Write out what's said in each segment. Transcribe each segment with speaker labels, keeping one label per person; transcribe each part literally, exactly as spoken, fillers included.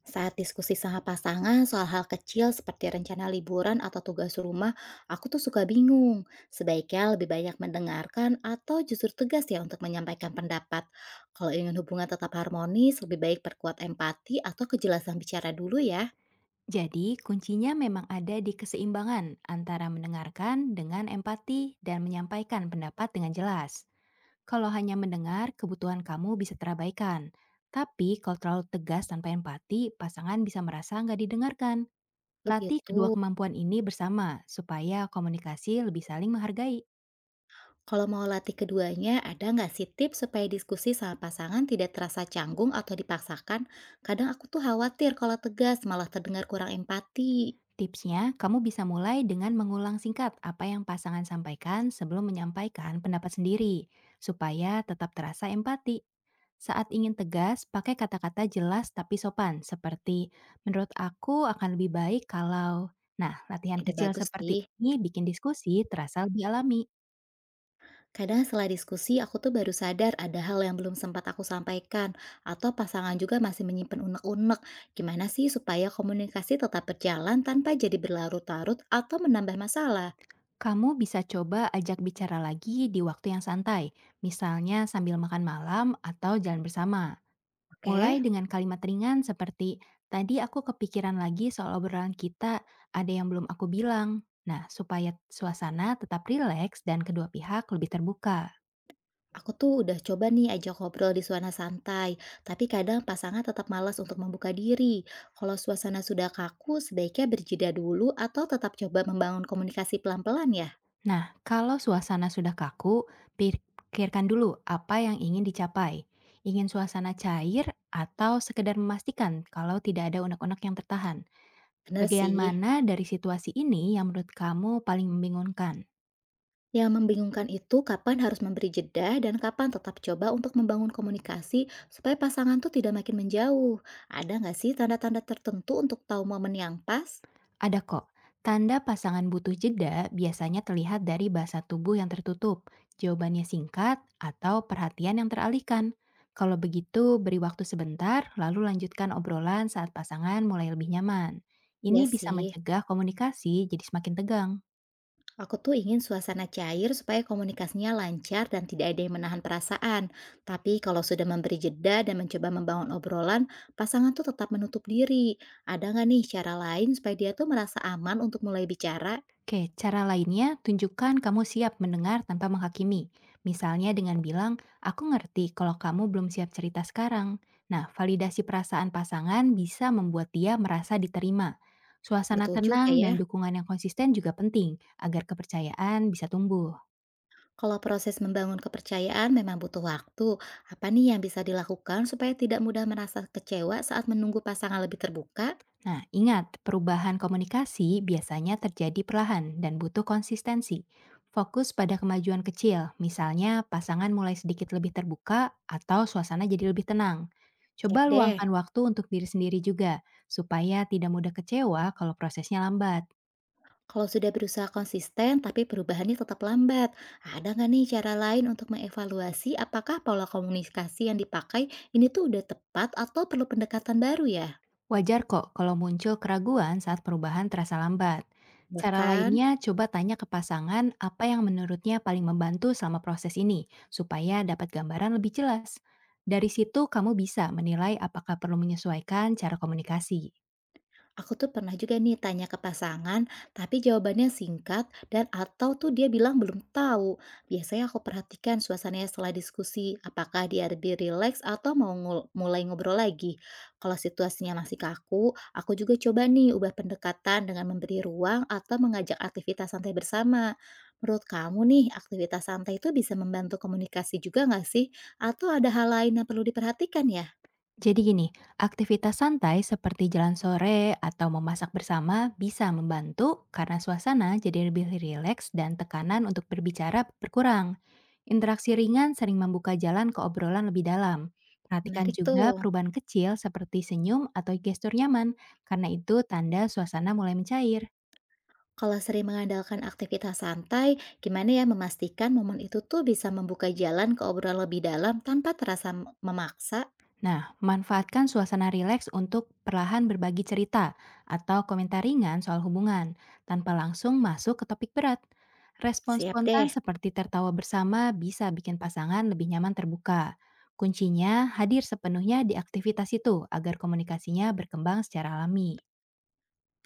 Speaker 1: Saat diskusi sama pasangan soal hal kecil seperti rencana liburan atau tugas rumah, aku tuh suka bingung. Sebaiknya lebih banyak mendengarkan atau justru tegas ya untuk menyampaikan pendapat. Kalau ingin hubungan tetap harmonis, lebih baik perkuat empati atau kejelasan bicara dulu ya.
Speaker 2: Jadi, kuncinya memang ada di keseimbangan antara mendengarkan dengan empati dan menyampaikan pendapat dengan jelas. Kalau hanya mendengar, kebutuhan kamu bisa terabaikan. Tapi, kalau terlalu tegas tanpa empati, pasangan bisa merasa nggak didengarkan. Latih kedua
Speaker 1: Begitu.
Speaker 2: kemampuan ini bersama, supaya komunikasi lebih saling menghargai.
Speaker 1: Kalau mau latih keduanya, ada nggak sih tips supaya diskusi sama pasangan tidak terasa canggung atau dipaksakan? Kadang aku tuh khawatir kalau tegas malah terdengar kurang empati.
Speaker 2: Tipsnya, kamu bisa mulai dengan mengulang singkat apa yang pasangan sampaikan sebelum menyampaikan pendapat sendiri, supaya tetap terasa empati. Saat ingin tegas, pakai kata-kata jelas tapi sopan, seperti "menurut aku akan lebih baik kalau". Nah, latihan
Speaker 1: Ide
Speaker 2: kecil
Speaker 1: bagus
Speaker 2: seperti
Speaker 1: sih.
Speaker 2: ini bikin diskusi terasa lebih alami.
Speaker 1: Kadang setelah diskusi, aku tuh baru sadar ada hal yang belum sempat aku sampaikan, atau pasangan juga masih menyimpan unek-unek. Gimana sih supaya komunikasi tetap berjalan tanpa jadi berlarut-larut atau menambah masalah?
Speaker 2: Kamu bisa coba ajak bicara lagi di waktu yang santai, misalnya sambil makan malam atau jalan bersama. Mulai
Speaker 1: Oke,
Speaker 2: dengan kalimat ringan seperti, tadi aku kepikiran lagi soal obrolan kita, ada yang belum aku bilang. Nah, supaya suasana tetap rileks dan kedua pihak lebih terbuka.
Speaker 1: aku tuh udah coba nih ajak ngobrol di suasana santai, tapi kadang pasangan tetap malas untuk membuka diri. Kalau suasana sudah kaku, sebaiknya berjeda dulu atau tetap coba membangun komunikasi pelan-pelan ya?
Speaker 2: Nah, kalau suasana sudah kaku, pikirkan dulu apa yang ingin dicapai. Ingin suasana cair atau sekedar memastikan kalau tidak ada unek-unek yang tertahan?
Speaker 1: Bener
Speaker 2: Bagian
Speaker 1: sih.
Speaker 2: mana dari situasi ini yang menurut kamu paling membingungkan?
Speaker 1: Yang membingungkan itu kapan harus memberi jeda dan kapan tetap coba untuk membangun komunikasi supaya pasangan tuh tidak makin menjauh. Ada nggak sih tanda-tanda tertentu untuk tahu momen yang pas?
Speaker 2: Ada kok. Tanda pasangan butuh jeda biasanya terlihat dari bahasa tubuh yang tertutup, jawabannya singkat, atau perhatian yang teralihkan. Kalau begitu, beri waktu sebentar, lalu lanjutkan obrolan saat pasangan mulai lebih nyaman.
Speaker 1: Ya
Speaker 2: Ini bisa
Speaker 1: sih,
Speaker 2: mencegah komunikasi jadi semakin tegang.
Speaker 1: aku tuh ingin suasana cair supaya komunikasinya lancar dan tidak ada yang menahan perasaan. Tapi kalau sudah memberi jeda dan mencoba membangun obrolan, pasangan tuh tetap menutup diri. Ada nggak nih cara lain supaya dia tuh merasa aman untuk mulai bicara?
Speaker 2: Oke, cara lainnya tunjukkan kamu siap mendengar tanpa menghakimi. Misalnya dengan bilang, aku ngerti kalau kamu belum siap cerita sekarang. Nah, validasi perasaan pasangan bisa membuat dia merasa diterima. Suasana
Speaker 1: Betul juga
Speaker 2: tenang
Speaker 1: ya.
Speaker 2: dan dukungan yang konsisten juga penting agar kepercayaan bisa tumbuh.
Speaker 1: Kalau proses membangun kepercayaan memang butuh waktu, apa nih yang bisa dilakukan supaya tidak mudah merasa kecewa saat menunggu pasangan lebih terbuka?
Speaker 2: Nah, ingat, perubahan komunikasi biasanya terjadi perlahan dan butuh konsistensi. Fokus pada kemajuan kecil, misalnya pasangan mulai sedikit lebih terbuka atau suasana jadi lebih tenang.
Speaker 1: Siap
Speaker 2: Coba
Speaker 1: deh.
Speaker 2: luangkan waktu untuk diri sendiri juga, supaya tidak mudah kecewa kalau prosesnya lambat.
Speaker 1: Kalau sudah berusaha konsisten tapi perubahannya tetap lambat, ada nggak nih cara lain untuk mengevaluasi apakah pola komunikasi yang dipakai ini tuh udah tepat atau perlu pendekatan baru ya?
Speaker 2: Wajar kok kalau muncul keraguan saat perubahan terasa lambat. Cara
Speaker 1: Bahkan
Speaker 2: lainnya, coba tanya ke pasangan apa yang menurutnya paling membantu selama proses ini, supaya dapat gambaran lebih jelas. Dari situ, kamu bisa menilai apakah perlu menyesuaikan cara komunikasi.
Speaker 1: aku tuh pernah juga nih tanya ke pasangan, tapi jawabannya singkat dan atau tuh dia bilang belum tahu. Biasanya aku perhatikan suasananya setelah diskusi, apakah dia lebih rileks atau mau ngul- mulai ngobrol lagi. Kalau situasinya masih kaku, aku juga coba nih ubah pendekatan dengan memberi ruang atau mengajak aktivitas santai bersama. Menurut kamu nih, aktivitas santai itu bisa membantu komunikasi juga nggak sih? Atau ada hal lain yang perlu diperhatikan ya?
Speaker 2: Jadi gini, aktivitas santai seperti jalan sore atau memasak bersama bisa membantu karena suasana jadi lebih rileks dan tekanan untuk berbicara berkurang. Interaksi ringan sering membuka jalan ke obrolan lebih dalam. Perhatikan
Speaker 1: Menarik
Speaker 2: juga
Speaker 1: tuh.
Speaker 2: perubahan kecil seperti senyum atau gestur nyaman, karena itu tanda suasana mulai mencair.
Speaker 1: Kalau sering mengandalkan aktivitas santai, gimana ya memastikan momen itu tuh bisa membuka jalan ke obrolan lebih dalam tanpa terasa m- memaksa?
Speaker 2: Nah, manfaatkan suasana rileks untuk perlahan berbagi cerita atau komentar ringan soal hubungan, tanpa langsung masuk ke topik berat. Respon
Speaker 1: Siap
Speaker 2: spontan
Speaker 1: deh.
Speaker 2: seperti tertawa bersama bisa bikin pasangan lebih nyaman terbuka. Kuncinya hadir sepenuhnya di aktivitas itu agar komunikasinya berkembang secara alami.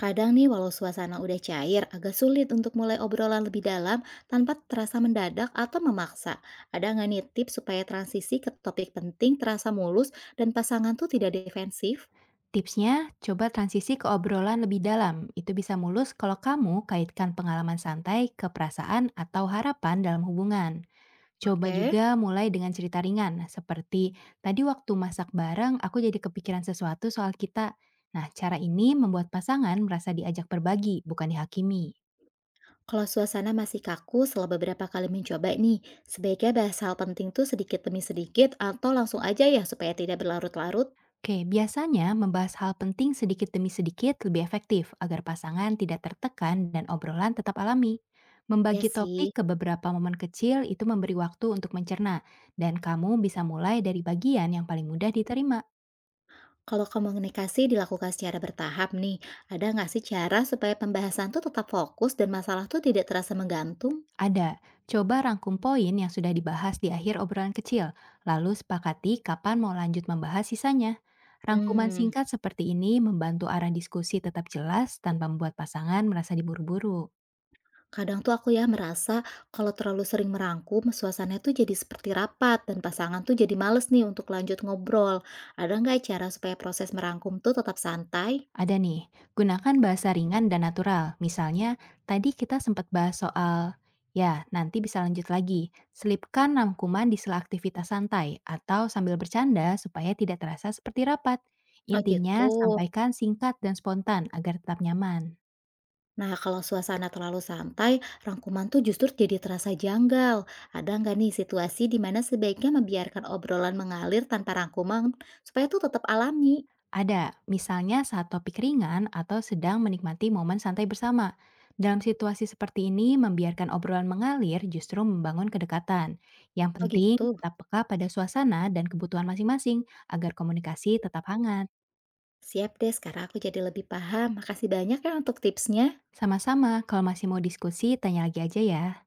Speaker 1: Kadang nih walau suasana udah cair, agak sulit untuk mulai obrolan lebih dalam tanpa terasa mendadak atau memaksa. Ada nggak nih tips supaya transisi ke topik penting terasa mulus dan pasangan tuh tidak defensif?
Speaker 2: Tipsnya, coba transisi ke obrolan lebih dalam. Itu bisa mulus kalau kamu kaitkan pengalaman santai ke perasaan atau harapan dalam hubungan. Coba
Speaker 1: Oke.
Speaker 2: juga mulai dengan cerita ringan, seperti tadi waktu masak bareng aku jadi kepikiran sesuatu soal kita. Nah, cara ini membuat pasangan merasa diajak berbagi, bukan dihakimi.
Speaker 1: Kalau suasana masih kaku setelah beberapa kali mencoba nih, sebaiknya bahas hal penting tuh sedikit demi sedikit atau langsung aja ya supaya tidak berlarut-larut?
Speaker 2: Oke, biasanya membahas hal penting sedikit demi sedikit lebih efektif agar pasangan tidak tertekan dan obrolan tetap alami.
Speaker 1: Ya
Speaker 2: Membagi
Speaker 1: sih,
Speaker 2: topik ke beberapa momen kecil itu memberi waktu untuk mencerna, dan kamu bisa mulai dari bagian yang paling mudah diterima.
Speaker 1: kalau komunikasi dilakukan secara bertahap nih, ada nggak sih cara supaya pembahasan tuh tetap fokus dan masalah tuh tidak terasa menggantung?
Speaker 2: Ada, coba rangkum poin yang sudah dibahas di akhir obrolan kecil, lalu sepakati kapan mau lanjut membahas sisanya. Rangkuman
Speaker 1: Hmm,
Speaker 2: singkat seperti ini membantu arah diskusi tetap jelas tanpa membuat pasangan merasa diburu-buru.
Speaker 1: kadang tuh aku ya merasa kalau terlalu sering merangkum, suasana tuh jadi seperti rapat dan pasangan tuh jadi males nih untuk lanjut ngobrol. Ada nggak cara supaya proses merangkum tuh tetap santai?
Speaker 2: Ada nih, gunakan bahasa ringan dan natural. Misalnya, tadi kita sempat bahas soal, ya nanti bisa lanjut lagi. Selipkan rangkuman di sela aktivitas santai atau sambil bercanda supaya tidak terasa seperti rapat.
Speaker 1: Oh gitu.
Speaker 2: Intinya, sampaikan singkat dan spontan agar tetap nyaman.
Speaker 1: Nah, kalau suasana terlalu santai, rangkuman tuh justru jadi terasa janggal. Ada nggak nih situasi di mana sebaiknya membiarkan obrolan mengalir tanpa rangkuman supaya tuh tetap alami?
Speaker 2: Ada, misalnya saat topik ringan atau sedang menikmati momen santai bersama. Dalam situasi seperti ini, membiarkan obrolan mengalir justru membangun kedekatan. Yang
Speaker 1: Oh
Speaker 2: penting,
Speaker 1: gitu.
Speaker 2: tetap peka pada suasana dan kebutuhan masing-masing agar komunikasi tetap hangat.
Speaker 1: Siap deh, sekarang aku jadi lebih paham. Makasih banyak ya untuk tipsnya.
Speaker 2: Sama-sama, kalau masih mau diskusi, tanya lagi aja ya.